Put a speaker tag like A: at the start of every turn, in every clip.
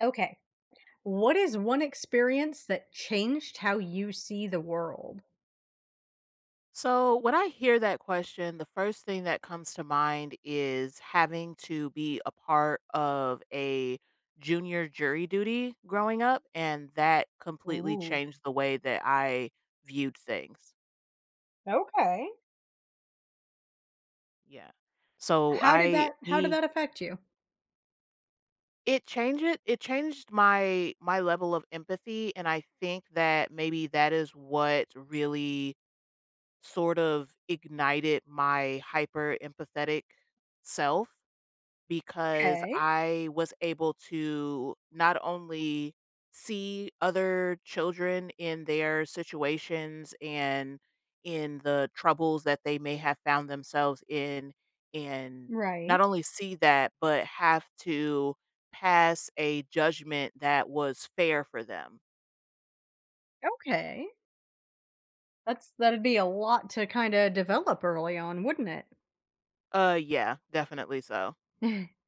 A: Okay. What is one experience that changed how you see the world?
B: So, when I hear that question, the first thing that comes to mind is having to be a part of a junior jury duty growing up, and that completely
A: Ooh,
B: changed the way that I viewed things.
A: okay.
B: Yeah. So,
A: How did
B: I
A: that how did
B: me
A: that affect you?
B: it changed it it changed my level of empathy, and I think that maybe that is what really sort of ignited my hyper empathetic self because
A: Okay.
B: I was able to not only see other children in their situations and in the troubles that they may have found themselves in, and
A: Right.
B: not only see that, but have to pass a judgment that was fair for them.
A: Okay. That'd be a lot to kinda develop early on, wouldn't
B: Yeah, definitely so.
A: it?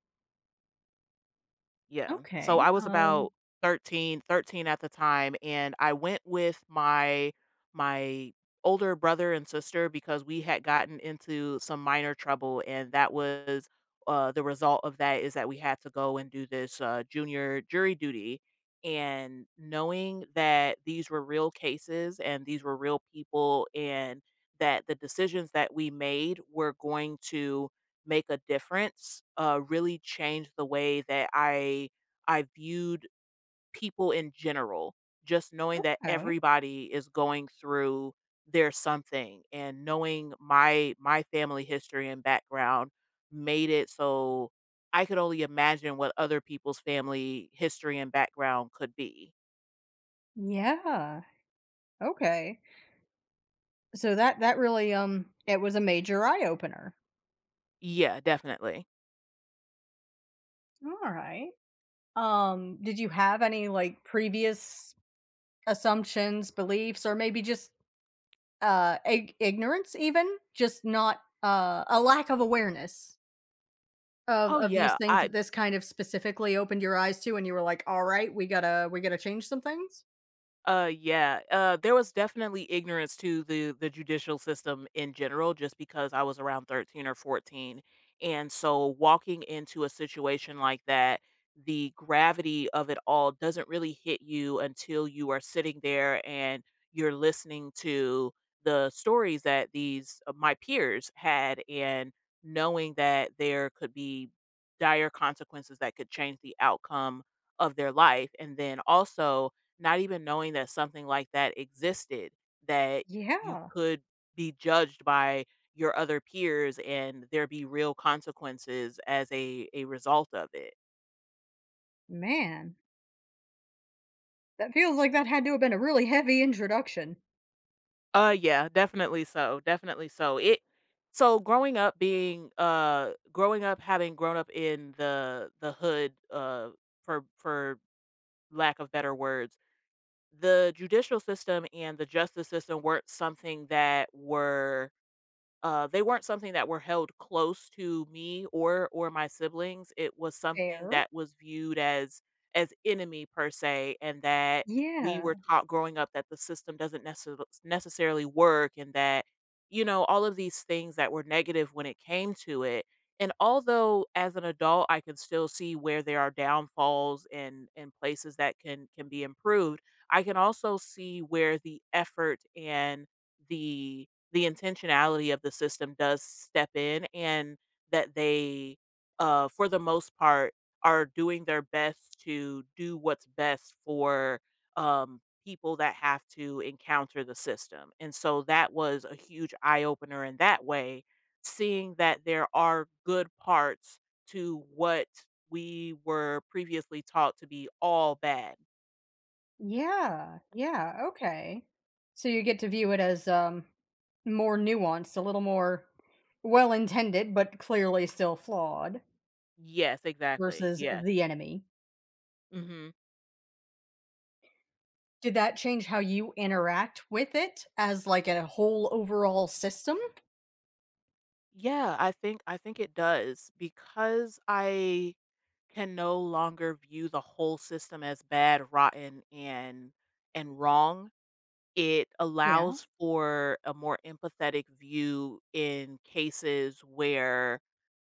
B: Yeah. So
A: Okay.
B: I was about thirteen at the time, and I went with my older brother and sister because we had gotten into some minor trouble, and that was the result of that is that we had to go and do this junior jury duty. And knowing that these were real cases and these were real people, and that the decisions that we made were going to make a difference, really changed the way that I viewed people in general. Just knowing that
A: Okay.
B: everybody is going through their something and knowing my family history and background made it so I could only imagine what other people's family history and background could be.
A: Yeah. Okay. So that really it was a major eye opener.
B: Yeah, definitely.
A: All right. Did you have any like previous assumptions, beliefs, or maybe just ig ignorance even, just not a lack of awareness of
B: Oh
A: these
B: yeah,
A: things
B: I
A: that this kind of specifically opened your eyes to, and you were like, "All right, we gotta change some things?"
B: Yeah. There was definitely ignorance to the judicial system in general, just because I was around 13 or 14. And so walking into a situation like that, the gravity of it all doesn't really hit you until you are sitting there and you're listening to the stories that these my peers had and knowing that there could be dire consequences that could change the outcome of their life. And then also not even knowing that something like that existed, that you
A: Yeah,
B: could be judged by your other peers and there be real consequences as a result of it.
A: man. That feels like that had to have been a really heavy introduction.
B: Yeah, definitely so. Definitely so. It so growing up being growing up having grown up in the hood for lack of better words, the judicial system and the justice system weren't something that were. They weren't something that were held close to me or my siblings. It was something
A: Fair.
B: that was viewed as enemy per se, and that we
A: Yeah.
B: were taught growing up that the system doesn't necessarily work, and that you know all of these things that were negative when it came to it. And although as an adult I can still see where there are downfalls and places that can be improved, I can also see where the effort and the the intentionality of the system does step in and that they for the most part are doing their best to do what's best for people that have to encounter the system. And so that was a huge eye opener in that way, seeing that there are good parts to what we were previously taught to be all bad.
A: Yeah, yeah, okay. So you get to view it as, more nuanced, a little more well-intended, but clearly still flawed
B: Yes, exactly.
A: versus
B: Yeah.
A: The Enemy.
B: Mhm.
A: Did that change how you interact with it as, like, a whole overall system?
B: Yeah, I think it does because I can no longer view the whole system as bad, rotten, and wrong. It
A: Yeah.
B: allows for a more empathetic view in cases where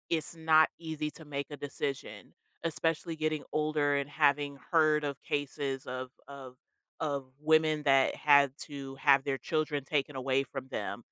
B: it's not easy to make a decision, especially getting older and having heard of cases of women that had to have their children taken away from them.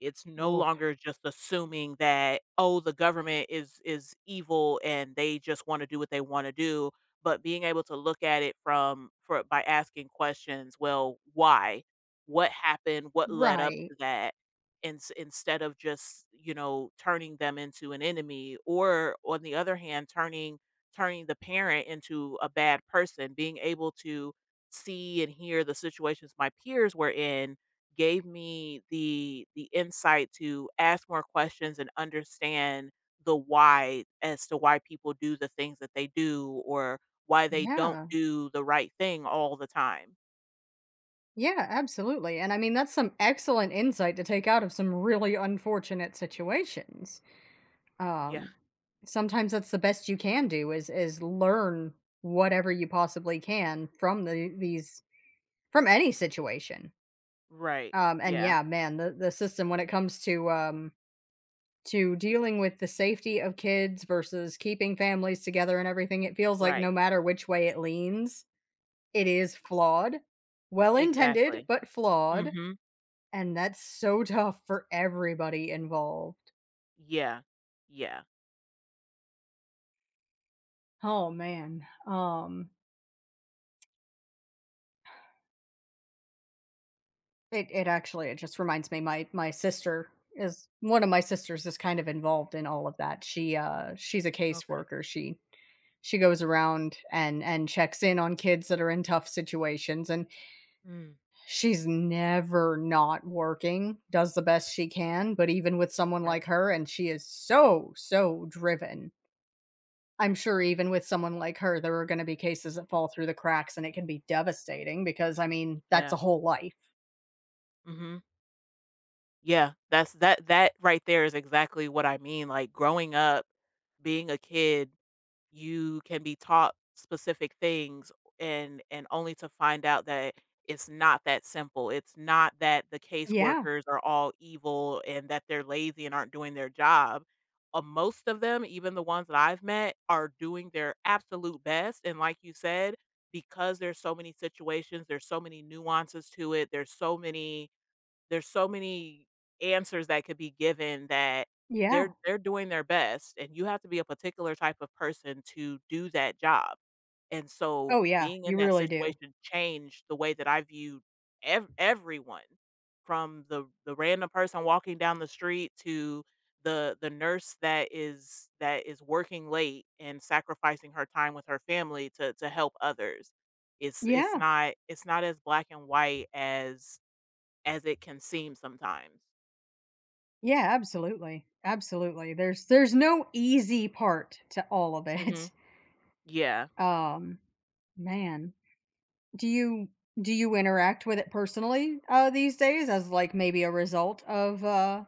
B: It's no
A: Oh,
B: longer just assuming that, "Oh, the government is evil and they just wanna do what they wanna do," but being able to look at it from for by asking questions, "Well, why? What happened? What led up
A: right.
B: to that?" And instead of just, you know, turning them into an enemy or, on the other hand, turning the parent into a bad person, being able to see and hear the situations my peers were in gave me the insight to ask more questions and understand the why, as to why people do the things that they do or why they don't
A: Yeah,
B: do the right thing all the time.
A: yeah, absolutely, and I mean, that's some excellent insight to take out of some really unfortunate situations.
B: Yeah.
A: Um, Sometimes that's the best you can do is learn whatever you possibly can from these from any situation.
B: Right.
A: And
B: Yeah.
A: yeah, man, the system, when it comes to dealing with the safety of kids versus keeping families together and everything, it feels like
B: Right.
A: no matter which way it leans, it is flawed. Well intended,
B: Exactly.
A: but flawed.
B: Mhm.
A: And that's so tough for everybody involved.
B: Yeah. Yeah.
A: Oh man. It actually it just reminds me my my sister is one of my sisters is kind of involved in all of that. She, she's a
B: Okay.
A: caseworker. She goes around and checks in on kids that are in tough situations, and
B: Mm.
A: she's never not working. Does the best she can, but even with someone
B: Right.
A: like her, and she is so driven. I'm sure even with someone like her there are going to be cases that fall through the cracks, and it can be devastating because I mean, that's
B: Yeah.
A: a whole life.
B: Mhm. Yeah. That's that right there is exactly what I mean, like, growing up being a kid, you can be taught specific things and only to find out that it's not that simple. It's not that the
A: Yeah.
B: caseworkers are all evil and that they're lazy and aren't doing their job. Most of them, even the ones that I've met, are doing their absolute best. And like you said, because there's so many situations, there's so many nuances to it, there's so many answers that could be given that they're
A: Yeah.
B: they're doing their best, and you have to be a particular type of person to do that job, and so
A: Oh, yeah,
B: being in
A: you
B: that
A: really do.
B: situation changed the way that I viewed ev everyone, from the random person walking down the street to the nurse that is working late and sacrificing her time with her family to help others. It's it's
A: Yeah.
B: not it's not as black and white as it can seem sometimes.
A: Yeah, absolutely. Absolutely. There's no easy part to all of it.
B: Mhm. Yeah.
A: Um, man, do you do you interact with it personally, these days as, like, maybe a result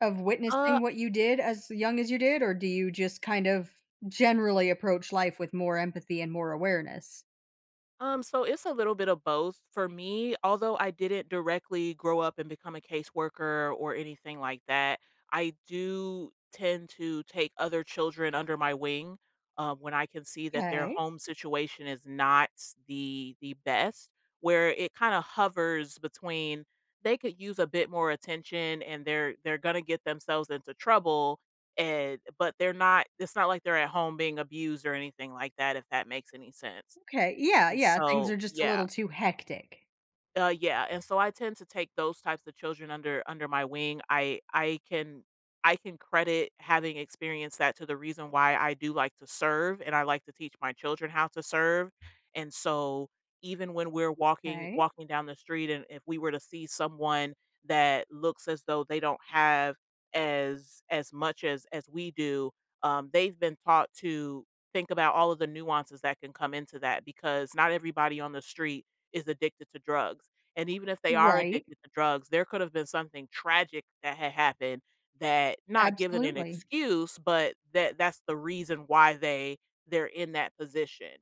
A: of witnessing what you did as young as you did, or do you just kind of generally approach life with more empathy and more awareness?
B: So it's a little bit of both for me. Although I didn't directly grow up and become a caseworker or anything like that, I do tend to take other children under my wing when I can see that their
A: Okay.
B: home situation is not the best, where it kind of hovers between they could use a bit more attention and they're gonna get themselves into trouble. And but they're not. It's not like they're at home being abused or anything like that. If that makes any sense.
A: Okay, yeah,
B: And
A: yeah, things
B: so,
A: are just a
B: yeah,
A: little too hectic.
B: yeah, and so I tend to take those types of children under my wing. I can credit having experienced that to the reason why I do like to serve and I like to teach my children how to serve. And so, even when we're walking
A: Okay.
B: walking down the street, and if we were to see someone that looks as though they don't have as much as we do, they've been taught to think about all of the nuances that can come into that, because not everybody on the street is addicted to drugs, and even if they are
A: Right.
B: addicted to drugs, there could have been something tragic that had happened, that, not given an
A: Absolutely.
B: excuse, but that that's the reason why they're in that position.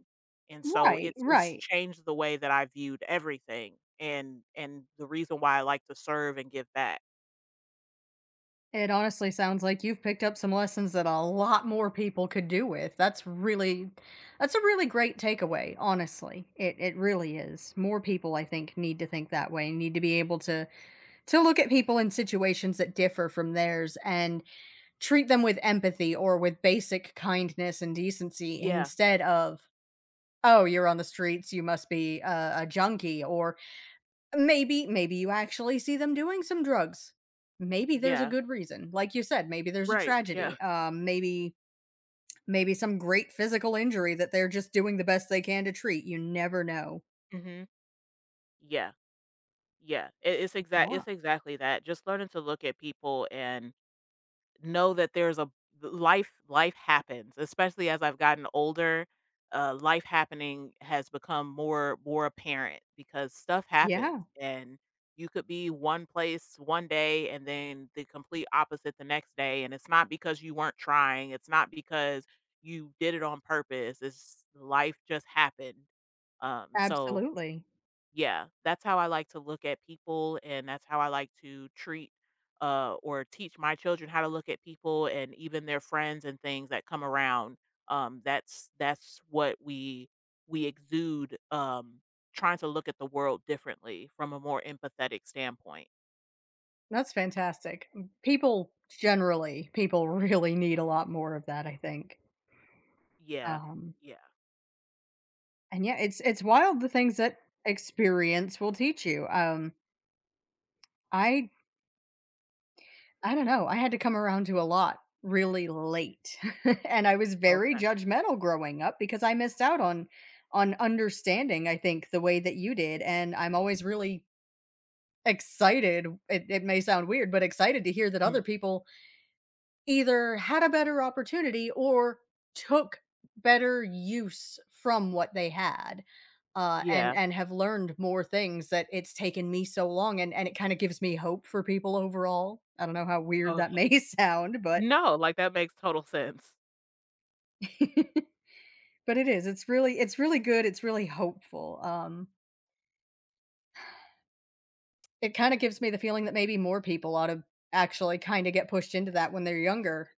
B: And so
A: Right,
B: it's
A: right.
B: changed the way that I viewed everything, and the reason why I like to serve and give back.
A: It honestly sounds like you've picked up some lessons that a lot more people could do with. That's really that's a really great takeaway, honestly. It really is. More people, I think, need to think that way, need to be able to look at people in situations that differ from theirs, and treat them with empathy or with basic kindness and decency
B: Yeah.
A: instead of, "Oh, you're on the streets, you must be a junkie," or maybe you actually see them doing some drugs. Maybe there's a
B: Yeah.
A: good reason. Like you said, maybe there's a
B: Right. Yeah.
A: tragedy. Maybe some great physical injury that they're just doing the best they can to treat. You never know.
B: Mhm. Yeah. Yeah. It, it's exact
A: Yeah.
B: it's exactly that. Just learning to look at people and know that there's a life happens, especially as I've gotten older. Life happening has become more apparent because stuff
A: Yeah,
B: happens, and you could be one place one day and then the complete opposite the next day, and it's not because you weren't trying, it's not because you did it on purpose. It's life just happened. So
A: absolutely.
B: yeah, that's how I like to look at people, and that's how I like to treat, or teach my children how to look at people and even their friends and things that come around. That's what we exude, trying to look at the world differently from a more empathetic standpoint.
A: That's fantastic. M People people really need a lot more of that, I think.
B: Yeah,
A: Um,
B: yeah,
A: and yeah, it's wild the things that experience will teach you. I don't know. I had to come around to a lot really late. And I was very
B: okay,
A: judgmental growing up because I missed out on understanding, I think, the way that you did. And I'm always really excited. It may sound weird, but excited to hear that
B: mm,
A: other people either had a better opportunity or took better use from what they had, and
B: yeah.
A: have learned more things that it's taken me so long, and it kinda gives me hope for people overall. I don't know how weird
B: Oh
A: that may sound, but
B: no, like that makes total sense.
A: but it is. It's really good, it's really hopeful, it kinda gives me the feeling that maybe more people ought to actually kinda get pushed into that when they're younger,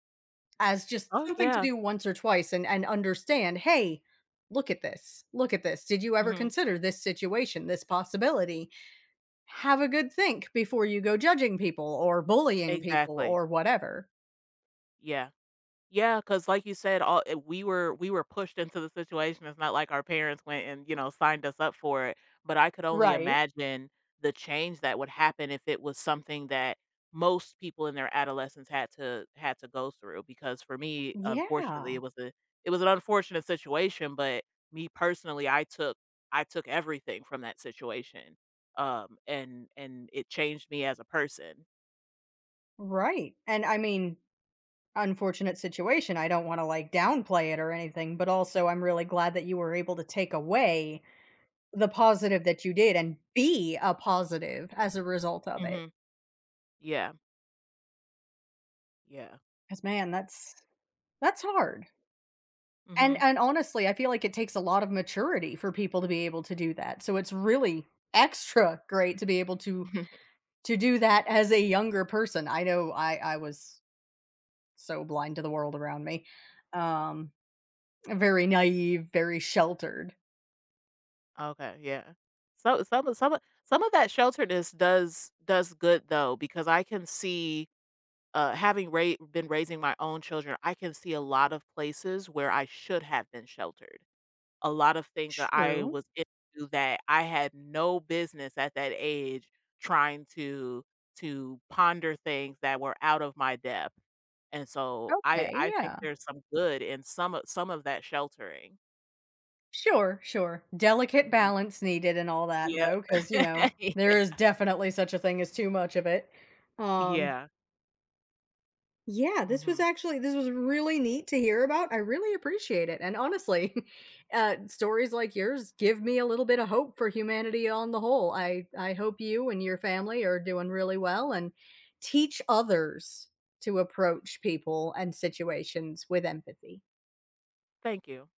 A: as just
B: Oh
A: something to
B: yeah,
A: do once or twice and understand, "Hey, look at this. Look at this. Did you ever
B: hmm
A: consider this situation, this possibility?" Have a good think before you go judging people or bullying people
B: exactly.
A: or whatever.
B: Yeah. Yeah, cause like you said, we were pushed into the situation. It's not like our parents went and, signed us up for it, but I could only
A: Right.
B: imagine the change that would happen if it was something that most people in their adolescence had to go through, because for me, unfortunately,
A: Yeah,
B: it was an unfortunate situation, but me personally, I took everything from that situation, and it changed me as a person.
A: right, and I mean, unfortunate situation, I don't wanna, like, downplay it or anything, but also I'm really glad that you were able to take away the positive that you did and be a positive as a result of it.
B: Mhm. Yeah. Yeah.
A: Cause man, that's hard. And
B: Mhm.
A: honestly, I feel like it takes a lot of maturity for people to be able to do that. So it's really extra great to be able to do that as a younger person. I know I was blind to the world around me. Um Very naive, very sheltered.
B: Okay, yeah. So some of that shelteredness does good, though, because I can see, having been raising my own children, I can see a lot of places where I should have been sheltered. A lot of things that I
A: True.
B: was into that I had no business, at that age, trying to ponder things that were out of my depth. And so I
A: Okay,
B: I think
A: yeah.
B: there's some good in some of that sheltering.
A: Sure, sure. Delicate
B: Mhm.
A: balance needed and all that
B: Yeah.
A: though, cuz you know, there is definitely such a thing as too much of it. Um
B: Yeah.
A: Yeah, this was
B: Mhm.
A: actually this was really neat to hear about. I really appreciate it. And honestly, stories like yours give me a little bit of hope for humanity on the whole. I hope you and your family are doing really well and teach others to approach people and situations with empathy.
B: Thank you.